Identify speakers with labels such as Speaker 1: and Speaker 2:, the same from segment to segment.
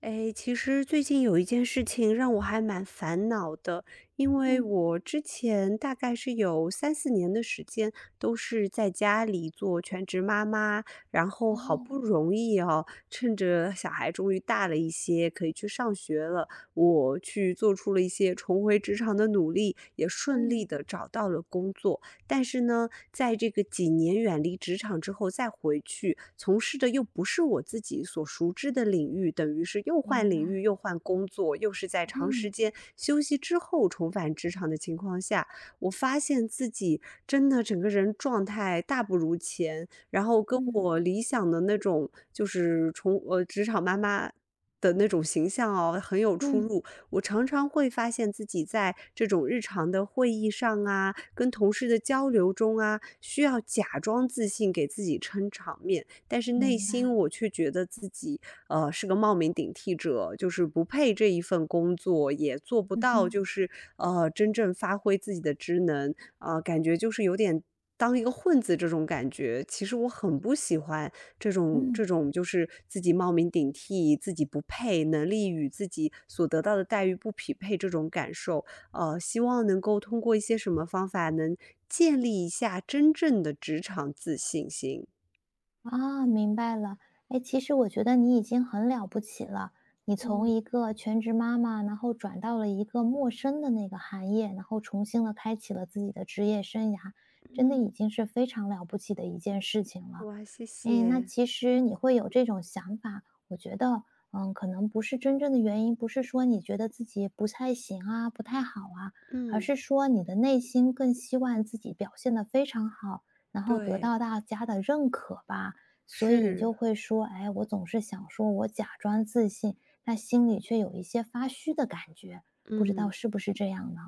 Speaker 1: 诶，其实最近有一件事情让我还蛮烦恼的，因为
Speaker 2: 嗯，
Speaker 1: 我之前大概是有3、4年的时间都是在家里做全职妈妈，然后好
Speaker 2: 哦，
Speaker 1: 不容易哦，趁着小孩终于大了一些，可以去上学了，我去做出了一些重回职场的努力，也顺利
Speaker 2: 嗯，
Speaker 1: 的找到了工作。但是呢，在这个几年远离职场之后再回去从事的又不是我自己所熟知的领域，等于是又换
Speaker 2: 明白，
Speaker 1: 领域又换工作，又是在长时
Speaker 2: 嗯
Speaker 1: 间休息之后重返职场的情况下，我发现自己真的整个人状态大不如前，然后跟
Speaker 2: 嗯
Speaker 1: 我理想的那种就是从职场妈妈的那种形象哦，很有出
Speaker 2: 嗯，
Speaker 1: 入。我常常会发现自己在这种日常的会议上啊，跟同事的交流中啊，需要假装自信给自己撑场面，但是内
Speaker 2: 明白，
Speaker 1: 心我却觉得自己是个冒名顶替者，就是不配这一份工作，也做不
Speaker 2: 嗯
Speaker 1: 到
Speaker 2: 哼，
Speaker 1: 就是真正发挥自己的职能，啊、感觉就是有点。当一个混子这种感觉，其实我很不喜欢。这种
Speaker 2: 嗯，
Speaker 1: 这种就是自己冒名顶替，自己不配，能力与自己所得到的待遇不匹配这种感受，希望能够通过一些什么方法能建立一下真正的职场自信心。
Speaker 2: 啊，明白了。哎，其实我觉得你已经很了不起了，你从
Speaker 1: 嗯
Speaker 2: 一个全职妈妈，然后转到了一个陌生的那个行业，然后重新的开启了自己的职业生涯，真的已
Speaker 1: 嗯，
Speaker 2: 经是非常了不起的一件事情了。
Speaker 1: 哇，谢
Speaker 2: 诶，那
Speaker 1: 谢，
Speaker 2: 其实你会有这种想法，我觉得，嗯，可能不是真正的原因，不是说你觉得自己不太行啊，不太好啊，而
Speaker 1: 嗯，
Speaker 2: 是说你的内心更希望自己表现的非常好，然后得
Speaker 1: 对，
Speaker 2: 到大家的认可吧。所以你
Speaker 1: 是，
Speaker 2: 就会说，哎，我总是想说我假装自信，但心里却有一些发虚的感觉，不知道
Speaker 1: 嗯。
Speaker 2: 是不是这样呢？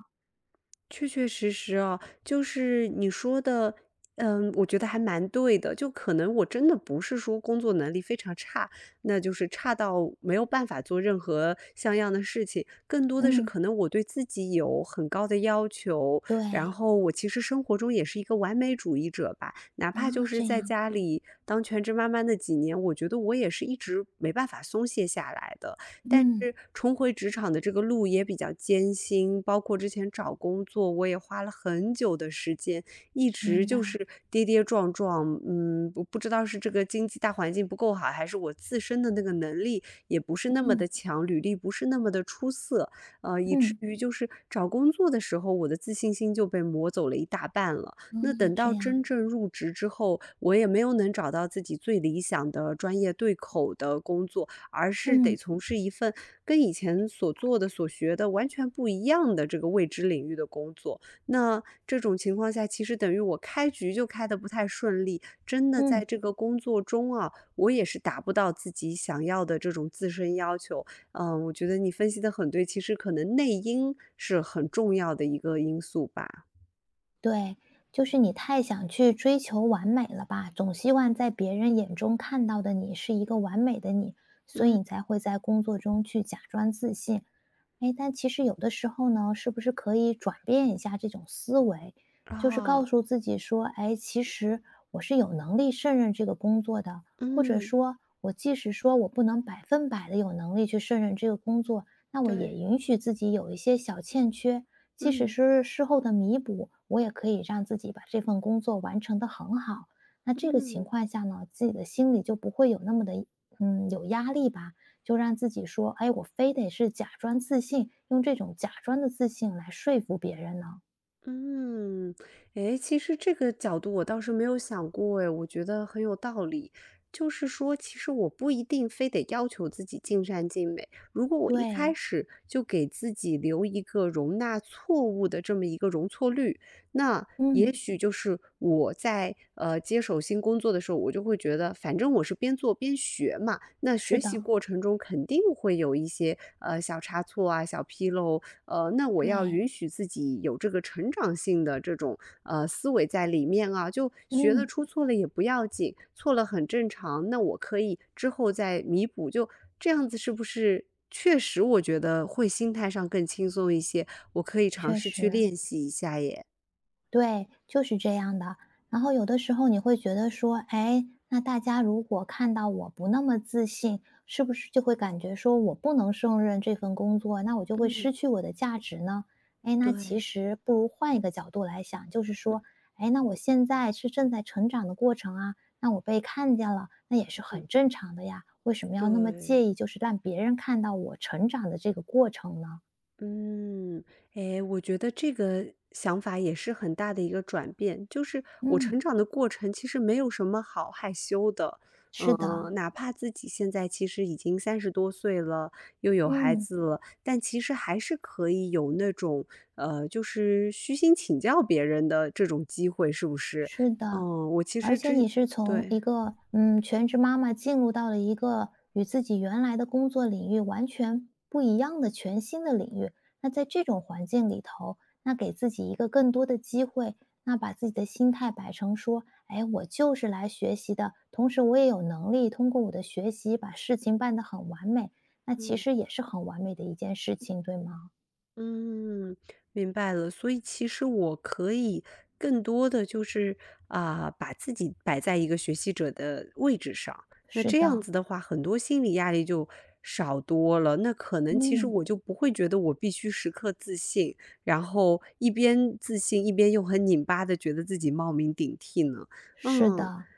Speaker 1: 确确实实啊，就是你说的，嗯，我觉得还蛮对的。就可能我真的不是说工作能力非常差，那就是差到没有办法做任何像样的事情，更多的是
Speaker 2: 嗯，
Speaker 1: 可能我对自己有很高的要求，
Speaker 2: 对，
Speaker 1: 然后我其实生活中也是一个完美主义者吧。哪怕就
Speaker 2: 啊，
Speaker 1: 是
Speaker 2: 这
Speaker 1: 在
Speaker 2: 样，
Speaker 1: 家里当全职妈妈那几年，我觉得我也是一直没办法松懈下来的。但
Speaker 2: 嗯，
Speaker 1: 是重回职场的这个路也比较艰辛，包括之前找工作，我也花了很久的时间，一直
Speaker 2: 明
Speaker 1: 就
Speaker 2: 白，
Speaker 1: 是跌跌撞撞。嗯，不知道是这个经济大环境不够好，还是我自身的那个能力也不是那么的
Speaker 2: 嗯
Speaker 1: 强，履历不是那么的出色，以至
Speaker 2: 嗯，
Speaker 1: 于就是找工作的时候，我的自信心就被磨走了一大半了。
Speaker 2: 哦，
Speaker 1: 那等
Speaker 2: 这
Speaker 1: 到
Speaker 2: 样，
Speaker 1: 真正入职之后，我也没有能找到自己最理想的专业对口的工作。而是得
Speaker 2: 嗯。
Speaker 1: 从事一份跟以前所做的、所学的完全不一样的这个未知领域的工作。那这种情况下，其实等于我开局就开得不太顺利，真的在
Speaker 2: 嗯，
Speaker 1: 这个工作中啊，我也是达不到自己想要的这种自身要求。嗯，我觉得你分析的很对，其实可能内因是很重要的一个因素吧。
Speaker 2: 对，就是你太想去追求完美了吧，总希望在别人眼中看到的你是一个完美的你，所
Speaker 1: 嗯，
Speaker 2: 以你才会在工作中去假装自信。哎，但其实有的时候呢，是不是可以转变一下这种思维，就是告
Speaker 1: 啊，
Speaker 2: 诉自己说，哎，其实我是有能力胜任这个工作的，或者
Speaker 1: 嗯，
Speaker 2: 说，我即使说我不能百分百的有能力去胜任这个工作，那我也
Speaker 1: 对，
Speaker 2: 允许自己有一些小欠缺，即使
Speaker 1: 嗯，
Speaker 2: 是事后的弥补，我也可以让自己把这份工作完成的很好。那这个情
Speaker 1: 嗯。
Speaker 2: 况下呢，自己的心里就不会有那么的，嗯，有压力吧？就让自己说，哎，我非得是假装自信，用这种假装的自信来说服别人呢？
Speaker 1: 嗯，诶，其实这个角度我倒是没有想过诶，我觉得很有道理。就是说，其实我不一定非得要求自己尽善尽美。如果我一开
Speaker 2: 对，
Speaker 1: 始就给自己留一个容纳错误的这么一个容错率，那也
Speaker 2: 嗯，
Speaker 1: 许就是我在接手新工作的时候，我就会觉得，反正我是边做边学嘛，那学
Speaker 2: 是的，
Speaker 1: 习过程中肯定会有一些小差错啊、小纰漏，那我
Speaker 2: 对，
Speaker 1: 要允许自己有这个成长性的这种思维在里面啊，就学得
Speaker 2: 嗯，
Speaker 1: 出错了也不要紧，错了很正常，那我可以之后再弥补，就这样子是不是？确实，我觉得会心态上更轻松一些，我可以尝
Speaker 2: 确
Speaker 1: 试去
Speaker 2: 实。
Speaker 1: 练习一下耶。
Speaker 2: 对，就是这样的。然后有的时候你会觉得说，哎，那大家如果看到我不那么自信，是不是就会感觉说我不能胜任这份工作，那我就会
Speaker 1: 嗯
Speaker 2: 失去我的价值呢？哎，那其
Speaker 1: 对
Speaker 2: 实不如换一个角度来想，就是说，哎，那我现在是正在成长的过程啊，那我被看见了，那也是
Speaker 1: 嗯
Speaker 2: 很正常的呀。为什么要那么介
Speaker 1: 对，
Speaker 2: 意，就是让别人看到我成长的这个过程呢？
Speaker 1: 嗯，诶，我觉得这个想法也是很大的一个转变。就是我成
Speaker 2: 嗯，
Speaker 1: 长的过程其实没有什么好害羞的，
Speaker 2: 是的，
Speaker 1: 嗯，哪怕自己现在其实已经30多岁了，又有孩
Speaker 2: 嗯。
Speaker 1: 子了，但其实还是可以有那种就是虚心请教别人的这种机会，是不是？
Speaker 2: 是的，
Speaker 1: 嗯，我其
Speaker 2: 而
Speaker 1: 实
Speaker 2: 且
Speaker 1: 之
Speaker 2: 你
Speaker 1: 前
Speaker 2: 是从
Speaker 1: 对，
Speaker 2: 一个嗯全职妈妈进入到了一个与自己原来的工作领域完全不一样的全新的领域。那在这种环境里头，那给自己一个更多的机会，那把自己的心态摆成说，哎，我就是来学习的，同时我也有能力通过我的学习把事情办得很完美。那其
Speaker 1: 嗯。
Speaker 2: 实也是很完美的一件事情，对吗？
Speaker 1: 嗯，明白了。所以其实我可以更多的就是，啊、把自己摆在一个学习者的位置上。那
Speaker 2: 是
Speaker 1: 这样
Speaker 2: 的，
Speaker 1: 子的话，很多心理压力就少多了。那可能其实
Speaker 2: 嗯，
Speaker 1: 我就不会觉得我必须时刻自信，然后一边自信一边又很拧巴的觉得自己冒名顶替呢。
Speaker 2: 是
Speaker 1: 嗯，
Speaker 2: 的，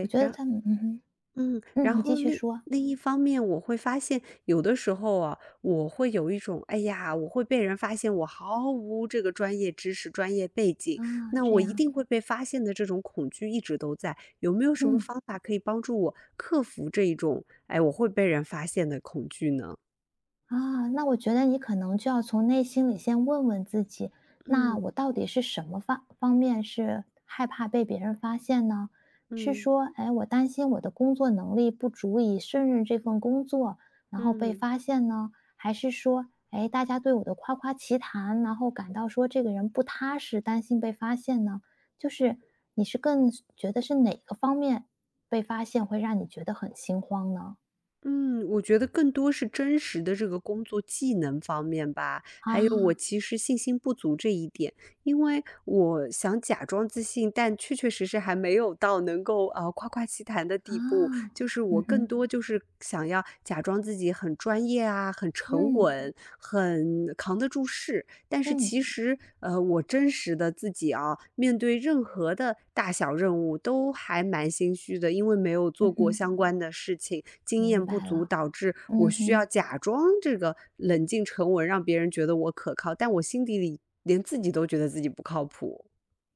Speaker 2: 我觉得
Speaker 1: 然
Speaker 2: 他们，嗯哼，
Speaker 1: 嗯，然
Speaker 2: 嗯，你
Speaker 1: 后
Speaker 2: 继续
Speaker 1: 另
Speaker 2: 说。
Speaker 1: 另一方面，我会发现有的时候啊，我会有一种，哎呀，我会被人发现我毫无这个专业知识、专业背景，
Speaker 2: 啊，
Speaker 1: 那
Speaker 2: 这
Speaker 1: 我一
Speaker 2: 样，
Speaker 1: 定会被发现的这种恐惧一直都在。有没有什么
Speaker 2: 嗯，
Speaker 1: 方法可以帮助我克服这一种，哎，我会被人发现的恐惧呢？
Speaker 2: 啊，那我觉得你可能就要从内心里先问问自己，那
Speaker 1: 嗯
Speaker 2: 我到底是什么方方面是害怕被别人发现呢？是
Speaker 1: 嗯
Speaker 2: 说，哎，我担心我的工作能力不足以胜任这份工作，然后被
Speaker 1: 嗯。
Speaker 2: 发现呢？还是说，哎，大家对我的夸夸其谈，然后感到说这个人不踏实，担心被发现呢？就是你是更觉得是哪个方面被发现会让你觉得很心慌呢？
Speaker 1: 嗯，我觉得更多是真实的这个工作技能方面吧，还有我
Speaker 2: 啊。
Speaker 1: 其实信心不足这一点，因为我想假装自信，但确确实实还没有到能够夸夸其谈的
Speaker 2: 啊。
Speaker 1: 地步。就是我
Speaker 2: 嗯
Speaker 1: 更
Speaker 2: 哼，
Speaker 1: 多就是想要假装自己很专业啊，很沉
Speaker 2: 嗯，
Speaker 1: 稳，很扛得住事，但是
Speaker 2: 嗯，
Speaker 1: 其实，我真实的自己啊，面对任何的大小任务都还蛮心虚的，因为没有
Speaker 2: 嗯
Speaker 1: 做过
Speaker 2: 哼，
Speaker 1: 相关的事情，经
Speaker 2: 明
Speaker 1: 验不
Speaker 2: 白
Speaker 1: 足
Speaker 2: 了，
Speaker 1: 导致我
Speaker 2: 嗯
Speaker 1: 需要
Speaker 2: 哼。
Speaker 1: 假装这个冷静沉稳，让别人觉得我可靠，但我心底里连自己都觉得自己不靠谱。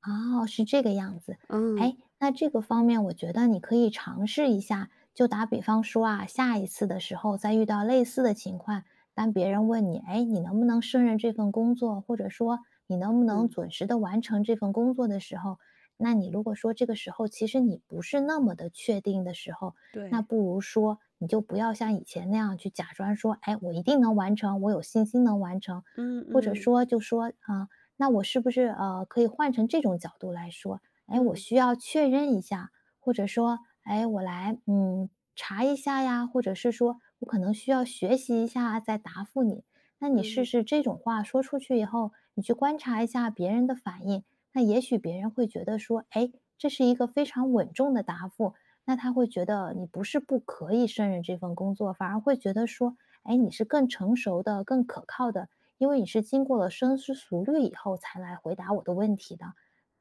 Speaker 2: 哦，是这个样子。
Speaker 1: 嗯
Speaker 2: 哎，那这个方面我觉得你可以尝试一下。就打比方说啊，下一次的时候再遇到类似的情况，当别人问你，哎，你能不能胜任这份工作，或者说你能不能
Speaker 1: 嗯，
Speaker 2: 准时的完成这份工作的时候，那你如果说这个时候其实你不是那么的确定的时候，那
Speaker 1: 对，
Speaker 2: 不如说你就不要像以前那样去假装说，哎，我一定能完成，我有信心能完成，
Speaker 1: 嗯
Speaker 2: 或者
Speaker 1: 嗯
Speaker 2: 说就说啊。那我是不是可以换成这种角度来说？哎，我
Speaker 1: 嗯
Speaker 2: 需要确认一下，或者说，哎，我来查一下呀，或者是说我可能需要学习一下再答复你。那你试
Speaker 1: 嗯。
Speaker 2: 试这种话说出去以后，你去观察一下别人的反应，那也许别人会觉得说，哎，这是一个非常稳重的答复，那他会觉得你不是不可以胜任这份工作，反而会觉得说，哎，你是更成熟的、更可靠的，因为你是经过了深思熟虑以后才来回答我的问题的。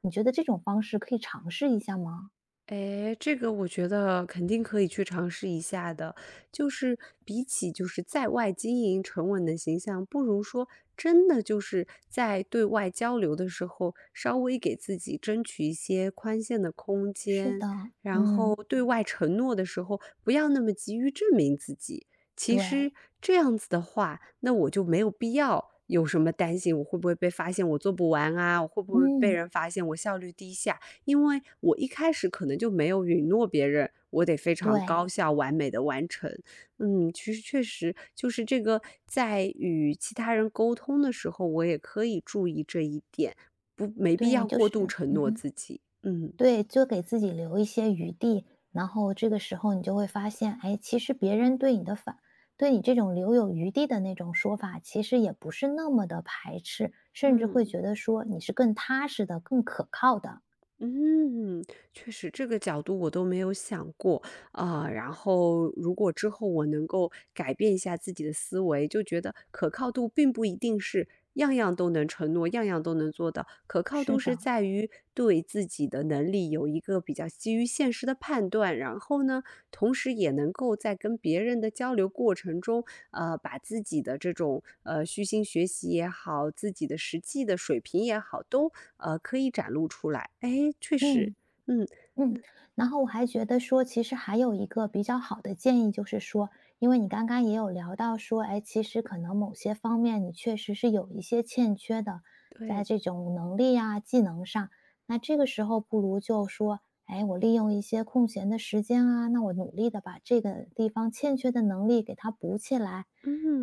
Speaker 2: 你觉得这种方式可以尝试一下吗？
Speaker 1: 哎，这个我觉得肯定可以去尝试一下的。就是比起就是在外经营沉稳的形象，不如说真的就是在对外交流的时候，稍微给自己争取一些宽限的空
Speaker 2: 是
Speaker 1: 间，
Speaker 2: 的，
Speaker 1: 然后
Speaker 2: 嗯，
Speaker 1: 对外承诺的时候，不要那么急于证明自己。其实
Speaker 2: 对，
Speaker 1: 这样子的话，那我就没有必要有什么担心，我会不会被发现我做不完啊？我会不会被
Speaker 2: 嗯，
Speaker 1: 人发现我效率低下？因为我一开始可能就没有允诺别人，我得非常
Speaker 2: 对，
Speaker 1: 高效、完美的完成。嗯，其实确实就是这个，在与其他人沟通的时候，我也可以注意这一点，不，没必
Speaker 2: 对，
Speaker 1: 要
Speaker 2: 就
Speaker 1: 过度
Speaker 2: 是，
Speaker 1: 承
Speaker 2: 嗯
Speaker 1: 诺
Speaker 2: 哼，
Speaker 1: 自己。嗯。
Speaker 2: 对，就给自己留一些余地，然后这个时候你就会发现，哎，其实别人对你的反，对你这种留有余地的那种说法，其实也不是那么的排斥，甚至会
Speaker 1: 嗯。
Speaker 2: 觉得说你是更踏实的、更可靠的。
Speaker 1: 嗯，确实这个角度我都没有想过啊，然后如果之后我能够改变一下自己的思维，就觉得可靠度并不一定是样样都能承诺，样样都能做到，可靠度
Speaker 2: 是
Speaker 1: 是
Speaker 2: 的，
Speaker 1: 在于对自己的能力有一个比较基于现实的判断，然后呢，同时也能够在跟别人的交流过程中，把自己的这种虚心学习也好，自己的实际的水平也好，都可以展露出来。哎，确实，
Speaker 2: 嗯。
Speaker 1: 嗯，
Speaker 2: 嗯，然后我还觉得说，其实还有一个比较好的建议，就是说，因为你刚刚也有聊到说，哎，其实可能某些方面你确实是有一些欠缺的，在
Speaker 1: 对，
Speaker 2: 这种能力啊、技能上，那这个时候不如就说，哎，我利用一些空闲的时间啊，那我努力的把这个地方欠缺的能力给它补起来。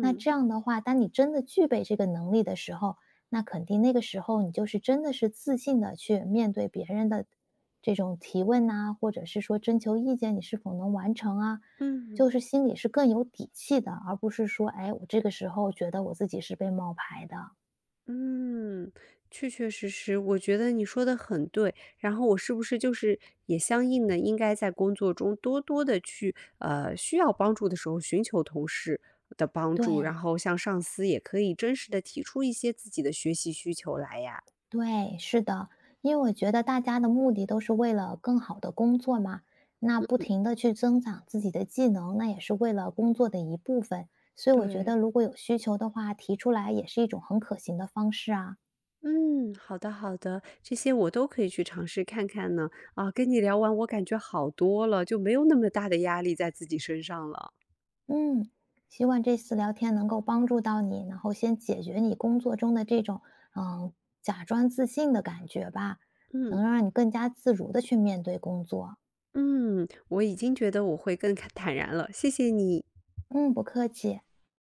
Speaker 2: 那这样的话，当你真的具备这个能力的时候，那肯定那个时候你就是真的是自信的去面对别人的这种提问呐、或者是说征求意见，你是否能完成啊？就
Speaker 1: 嗯
Speaker 2: 是心里是更有底气的，而不是说，哎，我这个时候觉得我自己是被冒牌的。
Speaker 1: 嗯，确确实实，我觉得你说的很对。然后我是不是就是也相应的应该在工作中多多的去需要帮助的时候寻求同事的帮助，然
Speaker 2: 对
Speaker 1: 后向上司也可以真实的提出一些自己的学习需求来呀？
Speaker 2: 对，是的，因为我觉得大家的目的都是为了更好的工作嘛，那不停的去增长自己的技能，那也是为了工作的一部分。所以我觉得，
Speaker 1: 对，
Speaker 2: 如果有需求的话，提出来也是一种很可行的方式啊。
Speaker 1: 嗯，好的好的，这些我都可以去尝试看看呢。啊，跟你聊完我感觉好多了，就没有那么大的压力在自己身上了。
Speaker 2: 嗯，希望这次聊天能够帮助到你，然后先解决你工作中的这种嗯假装自信的感觉吧，
Speaker 1: 嗯
Speaker 2: 能让你更加自如的去面对工作。
Speaker 1: 嗯，我已经觉得我会更坦然了，谢谢你。
Speaker 2: 嗯，不客气。